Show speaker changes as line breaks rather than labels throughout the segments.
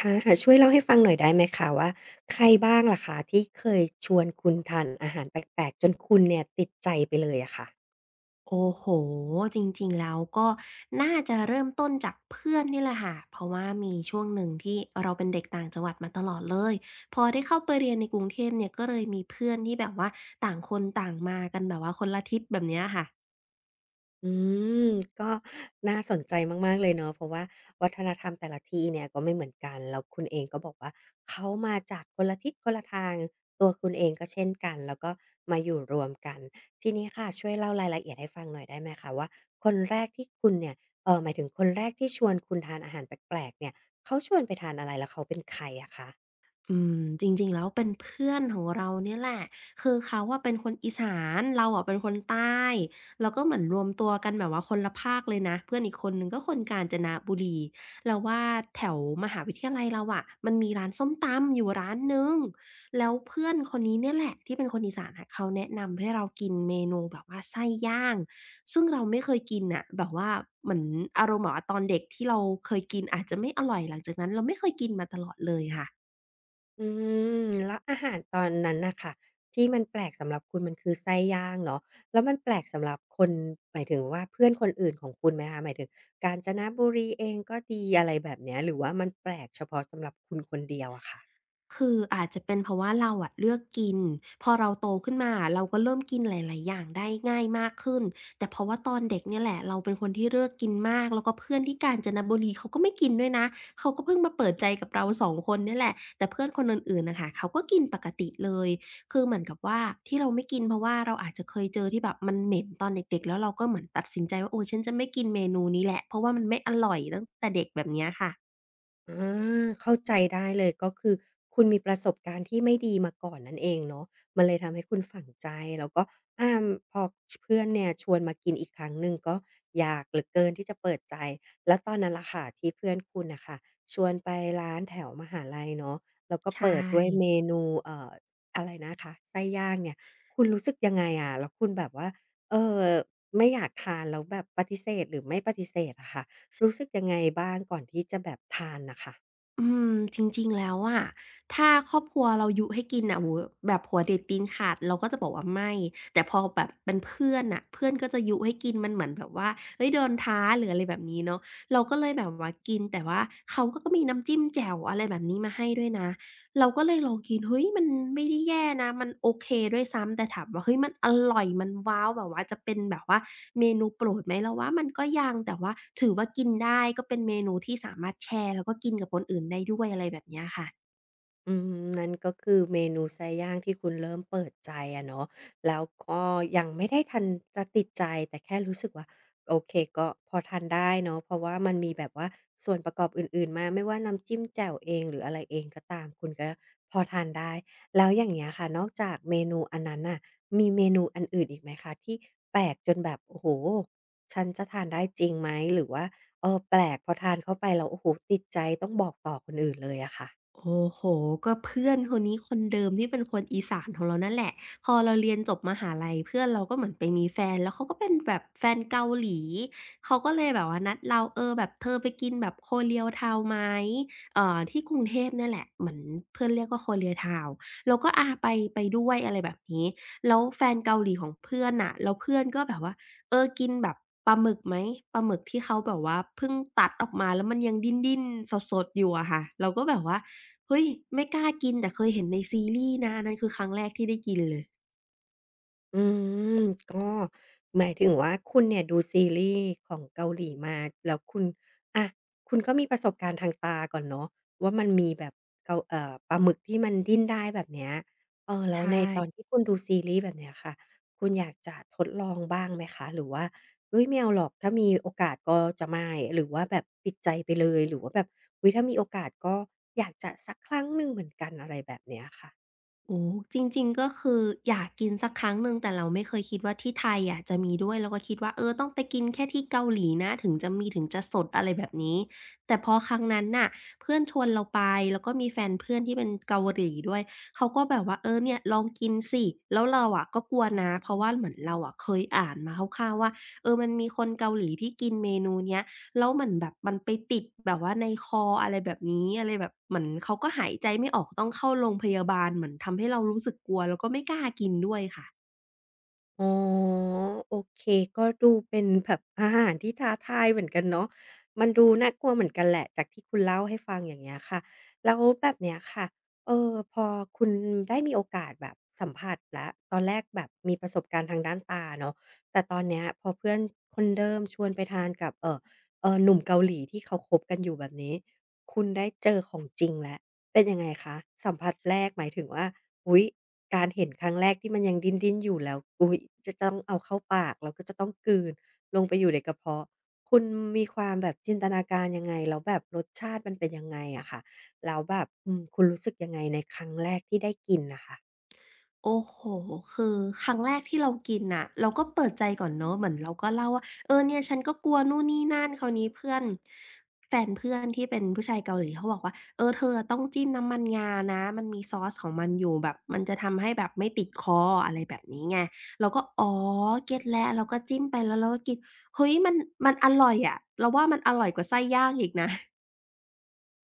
ค่ะช่วยเล่าให้ฟังหน่อยได้ไหมคะว่าใครบ้างล่ะคะที่เคยชวนคุณทานอาหารแปลกๆจนคุณเนี่ยติดใจไปเลยอะค่ะ
โอ้โห จริงๆ แล้วก็น่าจะเริ่มต้นจากเพื่อนนี่แหละค่ะ เพราะว่ามีช่วงหนึ่งที่เราเป็นเด็กต่างจังหวัดมาตลอดเลย พอได้เข้าไปเรียนในกรุงเทพเนี่ยก็เลยมีเพื่อนที่แบบว่าต่างคนต่างมากันแบบว่าคนละทิศแบบเนี้ยค่ะ
อืมก็น่าสนใจมากๆเลยเนาะเพราะว่าวัฒนธรรมแต่ละที่เนี่ยก็ไม่เหมือนกันแล้วคุณเองก็บอกว่าเขามาจากคนละทิศคนละทางตัวคุณเองก็เช่นกันแล้วก็มาอยู่รวมกันทีนี้ค่ะช่วยเล่ารายละเอียดให้ฟังหน่อยได้ไหมคะว่าคนแรกที่คุณเนี่ยหมายถึงคนแรกที่ชวนคุณทานอาหารแปลกๆเนี่ยเขาชวนไปทานอะไรแล้วเขาเป็นใครอะคะ
อืมจริงๆแล้วเป็นเพื่อนของเราเนี่ยแหละคือเขาอะเป็นคนอีสานเราอะเป็นคนใต้เราก็เหมือนรวมตัวกันแบบว่าคนละภาคเลยนะเพื่อนอีกคนหนึ่งก็คนกาญจนบุรีเราว่าแถวมหาวิทยาลัยเราอะมันมีร้านส้มตำอยู่ร้านหนึ่งแล้วเพื่อนคนนี้เนี่ยแหละที่เป็นคนอีสานอะเขาแนะนำให้เรากินเมนูแบบว่าไส้ย่างซึ่งเราไม่เคยกินน่ะแบบว่าเหมือนอารมณ์แบบว่าตอนเด็กที่เราเคยกินอาจจะไม่อร่อยหลังจากนั้นเราไม่เคยกินมาตลอดเลยค่ะ
อืมแล้วอาหารตอนนั้นน่ะค่ะที่มันแปลกสำหรับคุณมันคือไส้ย่างเนาะแล้วมันแปลกสำหรับคนหมายถึงว่าเพื่อนคนอื่นของคุณไหมคะหมายถึงกาญจนบุรีเองก็ดีอะไรแบบเนี้ยหรือว่ามันแปลกเฉพาะสำหรับคุณคนเดียวอะค่ะ
คืออาจจะเป็นเพราะว่าเราอะเลือกกินพอเราโตขึ้นมาเราก็เริ่มกินหลายๆอย่างได้ง่ายมากขึ้นแต่เพราะว่าตอนเด็กเนี่ยแหละเราเป็นคนที่เลือกกินมากแล้วก็เพื่อนที่กาญจนบุรีเขาก็ไม่กินด้วยนะเขาก็เพิ่งมาเปิดใจกับเราสองคนเนี่ยแหละแต่เพื่อนคนอื่นๆน่ะค่ะเขาก็กินปกติเลยคือเหมือนกับว่าที่เราไม่กินเพราะว่าเราอาจจะเคยเจอที่แบบมันเหม็นตอนเด็กๆแล้วเราก็เหมือนตัดสินใจว่าโอ้ฉันจะไม่กินเมนูนี้แหละเพราะว่ามันไม่อร่อยตั้งแต่เด็กแบบเนี้ยค่ะ
อาเข้าใจได้เลยก็คือคุณมีประสบการณ์ที่ไม่ดีมาก่อนนั่นเองเนาะมันเลยทำให้คุณฝังใจแล้วก็อาพอชเพื่อนเนี่ยชวนมากินอีกครั้งหนึ่งก็อยากเหลือเกินที่จะเปิดใจแล้วตอนนั้นล่ะค่ะที่เพื่อนคุณน่ะค่ะชวนไปร้านแถวมหาลัยเนาะแล้วก็
ใช
เปิดด้วย
่
เมนูอะไรนะคะไส้ย่างเนี่ยคุณรู้สึกยังไงอะแล้วคุณแบบว่าเอ่อไม่อยากทานแล้วแบบปฏิเสธหรือไม่ปฏิเสธอะค่ะ รู้สึกยังไงบ้างก่อนที่จะแบบทานน่ะค่ะ
อืมจริงๆ แล้วอะถ้าครอบครัวเรายุให้กินน่ะโอ้โฮแบบหัวเด็ดตีนขาดเราก็จะบอกว่าไม่ แต่พอแบบเป็นเพื่อนน่ะเพื่อนก็จะยุให้กินมันเหมือนแบบว่าเฮ้ยโดนท้าหรืออะไรแบบนี้เนาะเราก็เลยแบบว่ากินแต่ว่าเขาก็มีน้ำจิ้มแจ่วอะไรแบบนี้มาให้ด้วยนะ เราก็เลยลองกินเฮ้ยมันไม่ได้แย่นะมันโอเคด้วยซ้ำแต่ถามว่าเฮ้ยมันอร่อยมันว้าวแบบว่าจะเป็นแบบว่าเมนูโปรดไหมเราว่ามันก็ยังแต่ว่าถือว่ากินได้ก็เป็นเมนูที่สามารถแชร์แล้วก็กินกับคนอื่นได้ด้วยอะไรแบบเนี้ยค่ะ
อืมนั่นก็คือเมนูไซย่างที่คุณเริ่มเปิดใจอะเนาะแล้วก็ยังไม่ได้ทันจะติดใจแต่แค่รู้สึกว่าโอเคก็พอทานได้เนาะเพราะว่ามันมีแบบว่าส่วนประกอบอื่นๆมาไม่ว่าน้ำจิ้มแจ่วเองหรืออะไรเองก็ตามคุณก็พอทานได้แล้วอย่างเงี้ยค่ะนอกจากเมนูอันนั้นน่ะมีเมนูอันอื่นอีกไหมคะที่แปลกจนแบบโอ้โฮฉันจะทานได้จริงไหมหรือว่าเออแปลกพอทานเข้าไปแล้วโอ้โฮติดใจต้องบอกต่อคนอื่นเลยอะค่ะ
โอ้โฮก็เพื่อนคนนี้คนเดิมที่เป็นคนอีสานของเรานั่นแหละพอเราเรียนจบมหาลัยเพื่อนเราก็เหมือนไปมีแฟนแล้วเขาก็เป็นแบบแฟนเกาหลีเขาก็เลยแบบว่านัดเราเออแบบเธอไปกินแบบ Korean Town ไหมที่กรุงเทพเนี่ยแหละเหมือนเพื่อนเรียกว่า Korean Town เราก็อาไปด้วยอะไรแบบนี้ แล้วแฟนเกาหลีของเพื่อนน่ะแล้วเพื่อนก็แบบว่าเออกินแบบปลาหมึกไหมปลาหมึกที่เขาแบบว่าเพิ่งตัดออกมาแล้วมันยังดิ้นๆสดๆอยู่อะค่ะเราก็แบบว่า เฮ้ยไม่กล้ากินแต่เคยเห็นในซีรีส์นะอันนั้นคือครั้งแรกที่ได้กินเลย
อืมก็หมายถึงว่าคุณเนี่ยดูซีรีส์ของเกาหลีมาแล้วคุณอะคุณก็มีประสบการณ์ทางตาก่อนเนาะว่ามันมีแบบเกาปลาหมึกที่มันดิ้นได้แบบเนี้ยเออ
ใช
แล้วในตอน
่
ที่คุณดูซีรีส์แบบเนี้ยค่ะคุณอยากจะทดลองบ้างไหมคะหรือว่าเฮ้ยไม่เอาหรอกถ้ามีโอกาสก็จะไม่หรือว่าแบบปิดใจไปเลยหรือว่าแบบอุ๊ยถ้ามีโอกาสก็อยากจะสักครั้งหนึ่งเหมือนกันอะไรแบบเนี้ยค่ะ
โอ้จริงๆก็คืออยากกินสักครั้งหนึ่งแต่เราไม่เคยคิดว่าที่ไทยอะจะมีด้วยเราก็คิดว่าเออต้องไปกินแค่ที่เกาหลีนะถึงจะมีถึงจะสดอะไรแบบนี้แต่พอครั้งนั้นน่ะเพื่อนชวนเราไปแล้วก็มีแฟนเพื่อนที่เป็นเกาหลีด้วยเขาก็แบบว่าเออเนี่ยลองกินสิแล้วเราอะก็กลัวนะเพราะว่าเหมือนเราอะเคยอ่านมาคร่าวๆว่าเออมันมีคนเกาหลีที่กินเมนูเนี้ย แล้วเหมือนแบบมันไปติดแบบว่าในคออะไรแบบนี้อะไรแบบเหมือนเขาก็หายใจไม่ออกต้องเข้าโรงพยาบาลเหมือนทำให้เรารู้สึกกลัวแล้วก็ไม่กล้ากินด้วยค่ะ
อ๋อโอเคก็ดูเป็นแบบอาหารที่ท้าทายเหมือนกันเนาะมันดูน่ากลัวเหมือนกันแหละจากที่คุณเล่าให้ฟังอย่างเงี้ยค่ะแล้วแบบเนี้ยค่ะพอคุณได้มีโอกาสแบบสัมผัสแล้วตอนแรกแบบมีประสบการณ์ทางด้านตาเนาะแต่ตอนเนี้ยพอเพื่อนคนเดิมชวนไปทานกับหนุ่มเกาหลีที่เขาคบกันอยู่แบบนี้คุณได้เจอของจริงแล้วเป็นยังไงคะสัมผัสแรกหมายถึงว่า อุ๊ยการเห็นครั้งแรกที่มันยังดิ้นๆอยู่แล้วอุ๊ยจะต้องเอาเข้าปากแล้วก็จะต้องกลืนลงไปอยู่ในกระเพาะคุณมีความแบบจินตนาการยังไงแล้วแบบรสชาติมันเป็นยังไงอะค่ะแล้วแบบอืมคุณรู้สึกยังไงในครั้งแรกที่ได้กินน่ะค่ะ
โอ้โฮคือครั้งแรกที่เรากินน่ะเราก็เปิดใจก่อนเนาะเหมือนเราก็เล่าว่าเออเนี่ยฉันก็กลัวนู่นนี่นั่นคราวนี้เพื่อนแฟนเพื่อนที่เป็นผู้ชายเกาหลีเขาบอกว่าเออเธออะต้องจิ้มน้ำมันงานะมันมีซอสของมันอยู่แบบมันจะทำให้แบบไม่ติดคออะไรแบบนี้ไงเราก็อ๋อเก็ตแล้วเราก็จิ้มไปแล้วเราก็กินเฮ้ยมันอร่อยอะเราว่ามันอร่อยกว่าไส้ย่างอีกนะ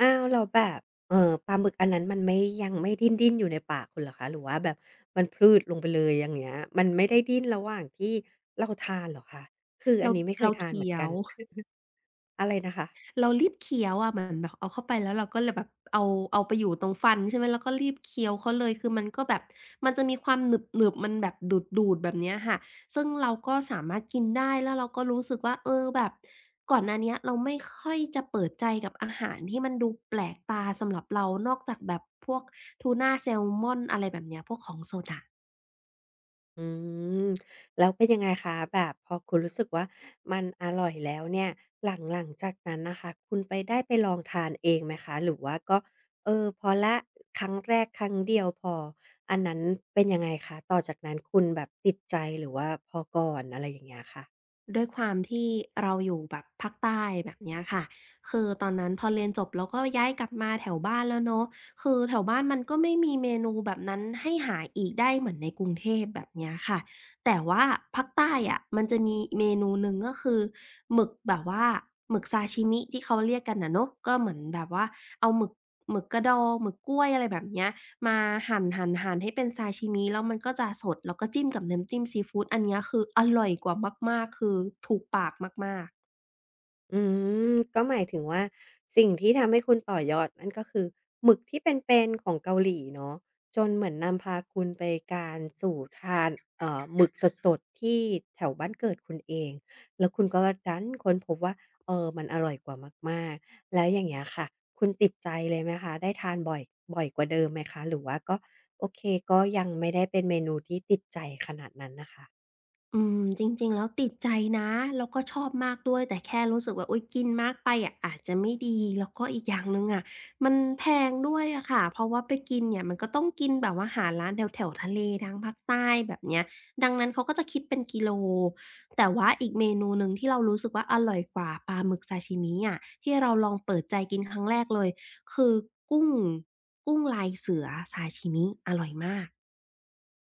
อ้าวแล้วแบบเอ่อปลาหมึกอันนั้นมันไม่ยังไม่ดิ้นๆอยู่ในปากคุณเหรอคะหรือว่าแบบมันพรืดลงไปเลยอย่างเงี้ยมันไม่ได้ดิ้นระหว่างที่เราทานเหรอคะคืออั
เรา
นนี้ไม่เค
เรา
ยทานเหมือ
เคี้
น
ย
กั
ว
น อะไรนะคะ
เรารีบเคี้ยวอะเหมือนแบบเอาเข้าไปแล้วเราก็เลยแบบเอาไปอยู่ตรงฟันใช่ไหมแล้วก็รีบเคี้ยวเขาเลยคือมันก็แบบมันจะมีความหนึบๆมันแบบดูดๆแบบเนี้ยค่ะซึ่งเราก็สามารถกินได้แล้วเราก็รู้สึกว่าเออแบบก่อนหน้าเนี้ยเราไม่ค่อยจะเปิดใจกับอาหารที่มันดูแปลกตาสำหรับเรานอกจากแบบพวกทูนาแซลมอนอะไรแบบเนี้ยพวกของสดอะ
อืมแล้วเป็นยังไงคะแบบพอคุณรู้สึกว่ามันอร่อยแล้วเนี่ยหลังจากนั้นนะคะคุณไปได้ไปลองทานเองไหมคะหรือว่าก็เออพอละครั้งแรกครั้งเดียวพออันนั้นเป็นยังไงคะต่อจากนั้นคุณแบบติดใจหรือว่าพอก่อนอะไรอย่างเงี้ยค่ะ
ด้วยความที่เราอยู่แบบภาคใต้แบบเนี้ยค่ะ คือตอนนั้นพอเรียนจบเราก็ย้ายกลับมาแถวบ้านแล้วเนาะคือแถวบ้านมันก็ไม่มีเมนูแบบนั้นให้หาอีกได้เหมือนในกรุงเทพแบบเนี้ยค่ะแต่ว่าภาคใต้อะมันจะมีเมนูหนึ่งก็คือหมึกแบบว่าหมึกซาชิมิที่เขาเรียกกันนะเนาะก็เหมือนแบบว่า เอาหมึกกระดองหมึกกล้วยอะไรแบบเนี้ยมาหั่นๆๆให้เป็นซาชิมิแล้วมันก็จะสดแล้วก็จิ้มกับน้ำจิ้มซีฟูดอันเนี้ยคืออร่อยกว่ามากๆคือถูกปากมากๆ
อืมก็หมายถึงว่าสิ่งที่ทำให้คุณต่อยอดนั่นก็คือหมึกที่เป็นๆของเกาหลีเนาะจนเหมือนนำพาคุณไปการสู่ทานหมึกสดๆที่แถวบ้านเกิดคุณเองแล้วคุณก็ดันค้นพบว่าเออมันอร่อยกว่ามากๆแล้วอย่างเงี้ยค่ะคุณติดใจเลยไหมคะได้ทานบ่อยกว่าเดิมไหมคะหรือว่าก็โอเคก็ยังไม่ได้เป็นเมนูที่ติดใจขนาดนั้นน่ะค่ะ
อืมจริงๆ แล้วติดใจนะ แล้วก็ชอบมากด้วย แต่แค่รู้สึกว่าอุ๊ยกินมากไปอะอาจจะไม่ดี แล้วก็อีกอย่างหนึ่งอะมันแพงด้วยอะค่ะเพราะว่าไปกินเนี่ยมันก็ต้องกินแบบว่าหาร้านแถวๆทะเลทางภาคใต้แบบเนี้ยดังนั้นเขาก็จะคิดเป็นกิโล แต่ว่าอีกเมนูหนึ่งที่เรารู้สึกว่าอร่อยกว่าปลาหมึกซาชิมิอะที่เราลองเปิดใจกินครั้งแรกเลยคือกุ้งกุ้งลายเสือซาชิมิอร่อยมาก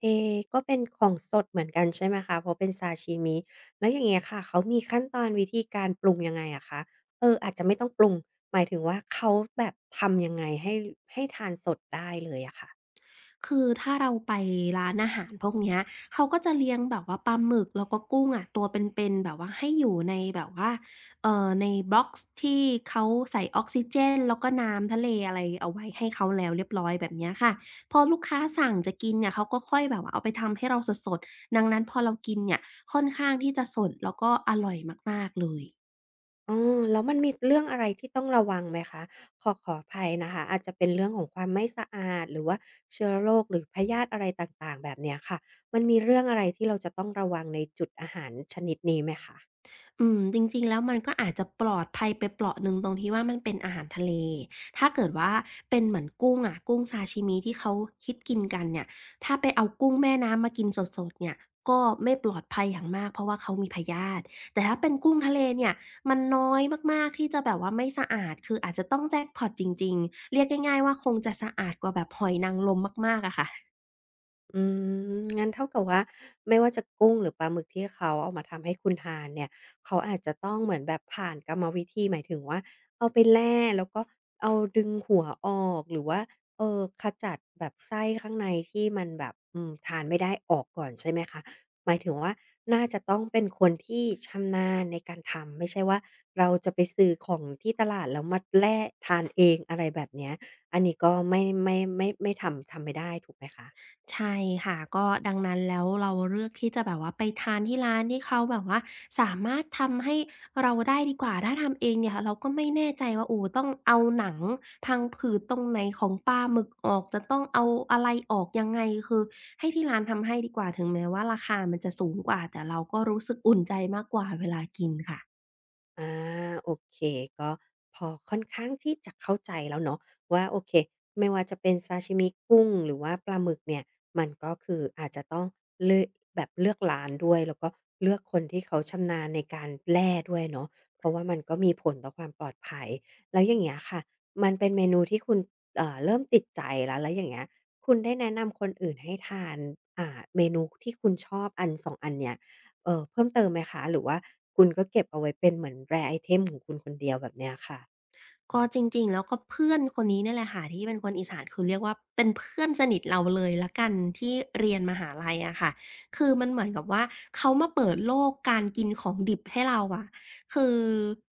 เอก็เป็นของสดเหมือนกันใช่ไหมคะ เพราะเป็นซาชิมิแล้วอย่างเงี้ยค่ะเขามีขั้นตอนวิธีการปรุงยังไงอะคะเอออาจจะไม่ต้องปรุง หมายถึงว่าเขาแบบทำยังไงให้ให้ทานสดได้เลยอะค่ะ
คือถ้าเราไปร้านอาหารพวกเนี้ยเขาก็จะเลี้ยงแบบว่าปลาหมึกแล้วก็กุ้งอะตัวเป็นๆแบบว่าให้อยู่ในแบบว่าในบล็อกซ์ที่เขาใส่ออกซิเจนแล้วก็น้ำทะเลอะไรเอาไว้ให้เขาแล้วเรียบร้อยแบบเนี้ยค่ะพอลูกค้าสั่งจะกินเนี่ยเขาก็ค่อยแบบว่าเอาไปทำให้เราสดๆดังนั้นพอเรากินเนี่ยค่อนข้างที่จะสดแล้วก็อร่อยมากๆเลย
อ๋อแล้วมันมีเรื่องอะไรที่ต้องระวังไหมคะขอขออภัยนะคะอาจจะเป็นเรื่องของความไม่สะอาดหรือว่าเชื้อโรคหรือพยาธิอะไรต่างๆแบบเนี้ยค่ะมันมีเรื่องอะไรที่เราจะต้องระวังในจุดอาหารชนิดนี้ไหมคะ
อืมจริงๆแล้วมันก็อาจจะปลอดภัยไปเปราะหนึ่งตรงที่ว่ามันเป็นอาหารทะเลถ้าเกิดว่าเป็นเหมือนกุ้งอะกุ้งซาชิมิที่เขาฮิตกินกันเนี่ยถ้าไปเอากุ้งแม่น้ำมากินสดๆเนี่ยก็ไม่ปลอดภัยอย่างมากเพราะว่าเขามีพยาธิแต่ถ้าเป็นกุ้งทะเลเนี่ยมันน้อยมากๆที่จะแบบว่าไม่สะอาดคืออาจจะต้องแจ็กพอตจริงๆ เรียกง่ายๆว่าคงจะสะอาดกว่าแบบหอยนางรมมากๆอะค่ะ
อืมงั้นเท่ากับว่าไม่ว่าจะกุ้งหรือปลาหมึกที่เขาเอามาทำให้คุณทานเนี่ยเขาอาจจะต้องเหมือนแบบผ่านกรรมวิธีหมายถึงว่าเอาไปแล่แล้วก็เอาดึงหัวออกหรือว่าขจัดแบบไส้ข้างในที่มันแบบอืมทานไม่ได้ออกก่อนใช่ไหมคะหมายถึงว่าน่าจะต้องเป็นคนที่ชำนาญในการทำไม่ใช่ว่าเราจะไปซื้อของที่ตลาดแล้วมาแล่ทานเองอะไรแบบเนี้ยอันนี้ก็ไม่ทำไม่ได้ถูกไหมคะ
ใช่ค่ะก็ดังนั้นแล้วเราเลือกที่จะแบบว่าไปทานที่ร้านที่เขาแบบว่าสามารถทำให้เราได้ดีกว่าถ้าทำเองเนี่ยเราก็ไม่แน่ใจว่าโอ้ต้องเอาหนังพังผืดตรงไหนของปลาหมึกออกจะต้องเอาอะไรออกยังไงคือให้ที่ร้านทำให้ดีกว่าถึงแม้ว่าราคามันจะสูงกว่าแต่เราก็รู้สึกอุ่นใจมากกว่าเวลากินค่ะ
อาโอเคก็พอค่อนข้างที่จะเข้าใจแล้วเนาะว่าโอเคไม่ว่าจะเป็นซาชิมิกุ้งหรือว่าปลาหมึกเนี่ยมันก็คืออาจจะต้องเลือกแบบเลือกร้านด้วยแล้วก็เลือกคนที่เขาชำนาญในการแล่ด้วยเนาะเพราะว่ามันก็มีผลต่อความปลอดภัยแล้วอย่างเงี้ยค่ะมันเป็นเมนูที่คุณเริ่มติดใจแล้วอย่างเงี้ยคุณได้แนะนำคนอื่นให้ทานอ่าเมนูที่คุณชอบอัน2องอันเนี้ย เพิ่มเติมไหมคะหรือว่าคุณก็เก็บเอาไว้เป็นเหมือน rare item ของคุณคนเดียวแบบเนี้ยค่ะ
ก็จริงๆแล้วก็เพื่อนคนนี้เนี่ยแหละค่ะที่เป็นคนอีสานคือเรียกว่าเป็นเพื่อนสนิทเราเลยแล้วกันที่เรียนมหาลัยอะค่ะคือมันเหมือนกับว่าเขามาเปิดโลกการกินของดิบให้เราอะคือ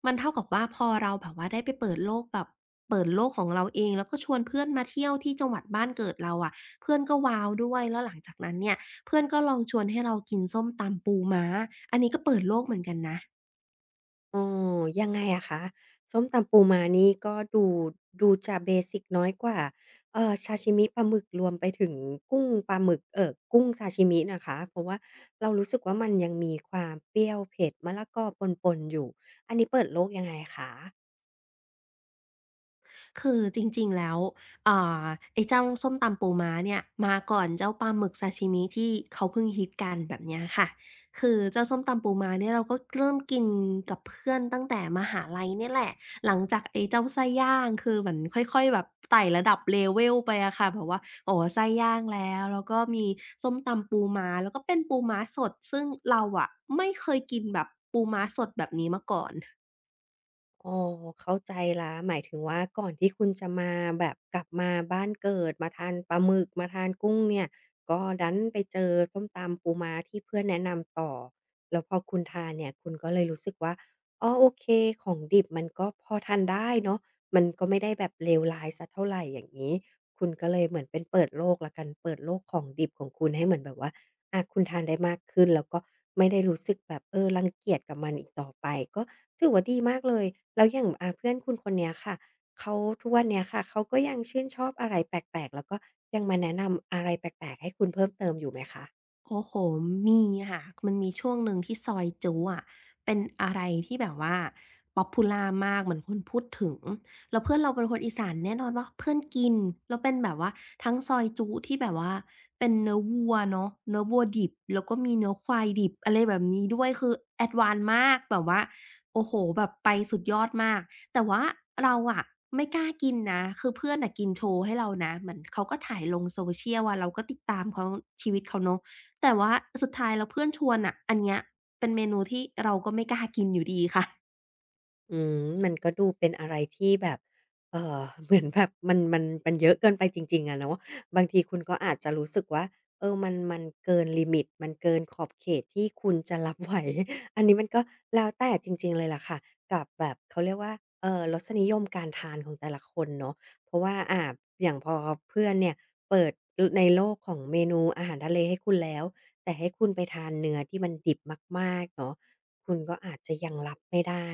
มันเท่ากับว่าพอเราแบบว่าได้ไปเปิดโลกแบบเปิดโลกของเราเองแล้วก็ชวนเพื่อนมาเที่ยวที่จังหวัดบ้านเกิดเราอะเพื่อนก็ว้าวด้วยแล้วหลังจากนั้นเนี่ยเพื่อนก็ลองชวนให้เรากินส้มตำปูม้าอันนี้ก็เปิดโลกเหมือนกันนะ
อ๋อยังไงอะคะส้มตำปูม้านี่ก็ดูจะเบสิกน้อยกว่าซาชิมิปลาหมึกรวมไปถึงกุ้งปลาหมึกกุ้งซาชิมินะคะเพราะว่าเรารู้สึกว่ามันยังมีความเปรี้ยวเผ็ดมะละกอปนๆอยู่อันนี้เปิดโลกยังไงคะ
คือจริงๆแล้วอ่าไอ้เจ้าส้มตำปูม้าเนี่ยมาก่อนเจ้าปลาหมึกซาชิมิที่เขาเพิ่งฮิตกันแบบเนี้ยค่ะคือเจ้าส้มตำปูม้าเนี่ยเราก็เริ่มกินกับเพื่อนตั้งแต่มหาลัยเนี่ยแหละหลังจากไอ้เจ้าไส้ย่างคือเหมือนค่อยๆแบบไต่ระดับ level ไปอะค่ะแบบว่าอ๋อไส้ย่างแล้วก็มีส้มตำปูม้าแล้วก็เป็นปูม้าสดซึ่งเราอะไม่เคยกินแบบปูม้าสดแบบนี้มาก่อน
อ๋อเข้าใจแล้วหมายถึงว่าก่อนที่คุณจะมาแบบกลับมาบ้านเกิดมาทานปลาหมึกมาทานกุ้งเนี่ยก็ดันไปเจอส้มตำปูม้าที่เพื่อนแนะนำต่อแล้วพอคุณทานเนี่ยคุณก็เลยรู้สึกว่าอ๋อโอเคของดิบมันก็พอทานได้เนาะมันก็ไม่ได้แบบเลวร้ายเสียเท่าไรอย่างงี้คุณก็เลยเหมือนเป็นเปิดโลกแล้วกันเปิดโลกของดิบของคุณให้เหมือนแบบว่า อาคุณทานได้มากขึ้นแล้วก็ไม่ได้รู้สึกแบบเออรังเกียจกับมันอีกต่อไปก็ถือว่าดีมากเลยแล้วอย่างอ่าเพื่อนคุณคนเนี้ยค่ะเขาทุกวันเนี้ยค่ะเขาก็ยังชื่นชอบอะไรแปลกๆแล้วก็ยังมาแนะนำอะไรแปลกๆให้คุณเพิ่มเติมอยู่ไหมคะ
โอ้โห มีค่ะมันมีช่วงหนึ่งที่ซอยจู๊อะเป็นอะไรที่แบบว่าป๊อปพูล่ามากเหมือนคนพูดถึงแล้วเพื่อนเราเป็นคนอีสานแน่นอนว่าเพื่อนกินแล้วเป็นแบบว่าทั้งซอยจู๊ที่แบบว่าเป็นเนื้อวัวเนาะเนื้อวัวดิบแล้วก็มีเนื้อควายดิบอะไรแบบนี้ด้วยคือแอดวานซ์มากแบบว่าโอ้โฮแบบไปสุดยอดมาก แต่ว่าเราอะไม่กล้ากินนะคือเพื่อนน่ะกินโชว์ให้เรานะเหมือนเขาก็ถ่ายลง social อะเราก็ติดตามเขาชีวิตเขาเนาะ แต่ว่าสุดท้ายแล้วเพื่อนชวนน่ะอันเนี้ยเป็นเมนูที่เราก็ไม่กล้ากินอยู่ดีค่ะ
อืมมันก็ดูเป็นอะไรที่แบบ เหมือนแบบมันเยอะเกินไปจริงๆอะเนาะบางทีคุณก็อาจจะรู้สึกว่าเออมันเกินลิมิตมันเกินขอบเขตที่คุณจะรับไหว อันนี้มันก็แล้วแต่จริงๆเลยล่ะค่ะกับแบบเขาเรียกว่าเออรสนิยมการทานของแต่ละคนเนาะเพราะว่าอ่าอย่างพอเพื่อนเนี่ยเปิดในโลกของเมนูอาหารทะเลให้คุณแล้วแต่ให้คุณไปทานเนื้อที่มันดิบมากๆเนาะคุณก็อาจจะยังรับไม่ได้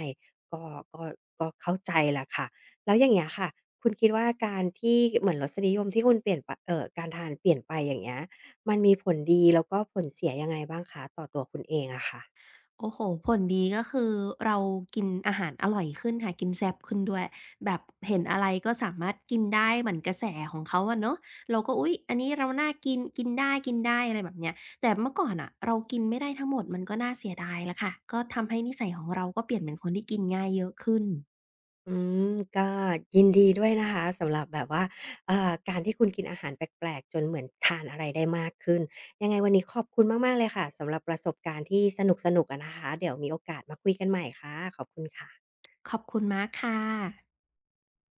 ก็ก็ก็เข้าใจแหละค่ะแล้วอย่างเงี้ยค่ะคุณคิดว่าการที่เหมือนรสนิยมที่คุณเปลี่ยนไปการทานเปลี่ยนไปอย่างเงี้ยมันมีผลดีแล้วก็ผลเสียยังไงบ้างคะต่อตัวคุณเองอะค่ะ
โอ้โฮผลดีก็คือเรากินอาหารอร่อยขึ้นค่ะกินแซ่บขึ้นด้วยแบบเห็นอะไรก็สามารถกินได้เหมือนกระแสของเขาอะเนาะเราก็อุ๊ยอันนี้เราน่ากินกินได้ๆอะไรแบบเนี้ยแต่เมื่อก่อนน่ะเรากินไม่ได้ทั้งหมดมันก็น่าเสียดายแล้วค่ะก็ทำให้นิสัยของเราก็เปลี่ยนเป็นคนที่กินง่ายเยอะขึ้น
อืมก็ยินดีด้วยนะคะสำหรับแบบว่าการที่คุณกินอาหารแปลกๆจนเหมือนทานอะไรได้มากขึ้นยังไงวันนี้ขอบคุณมากๆเลยค่ะสำหรับประสบการณ์ที่สนุกๆอะนะคะเดี๋ยวมีโอกาสมาคุยกันใหม่ค่ะขอบคุณค่ะ
ขอบคุณมากค่ะ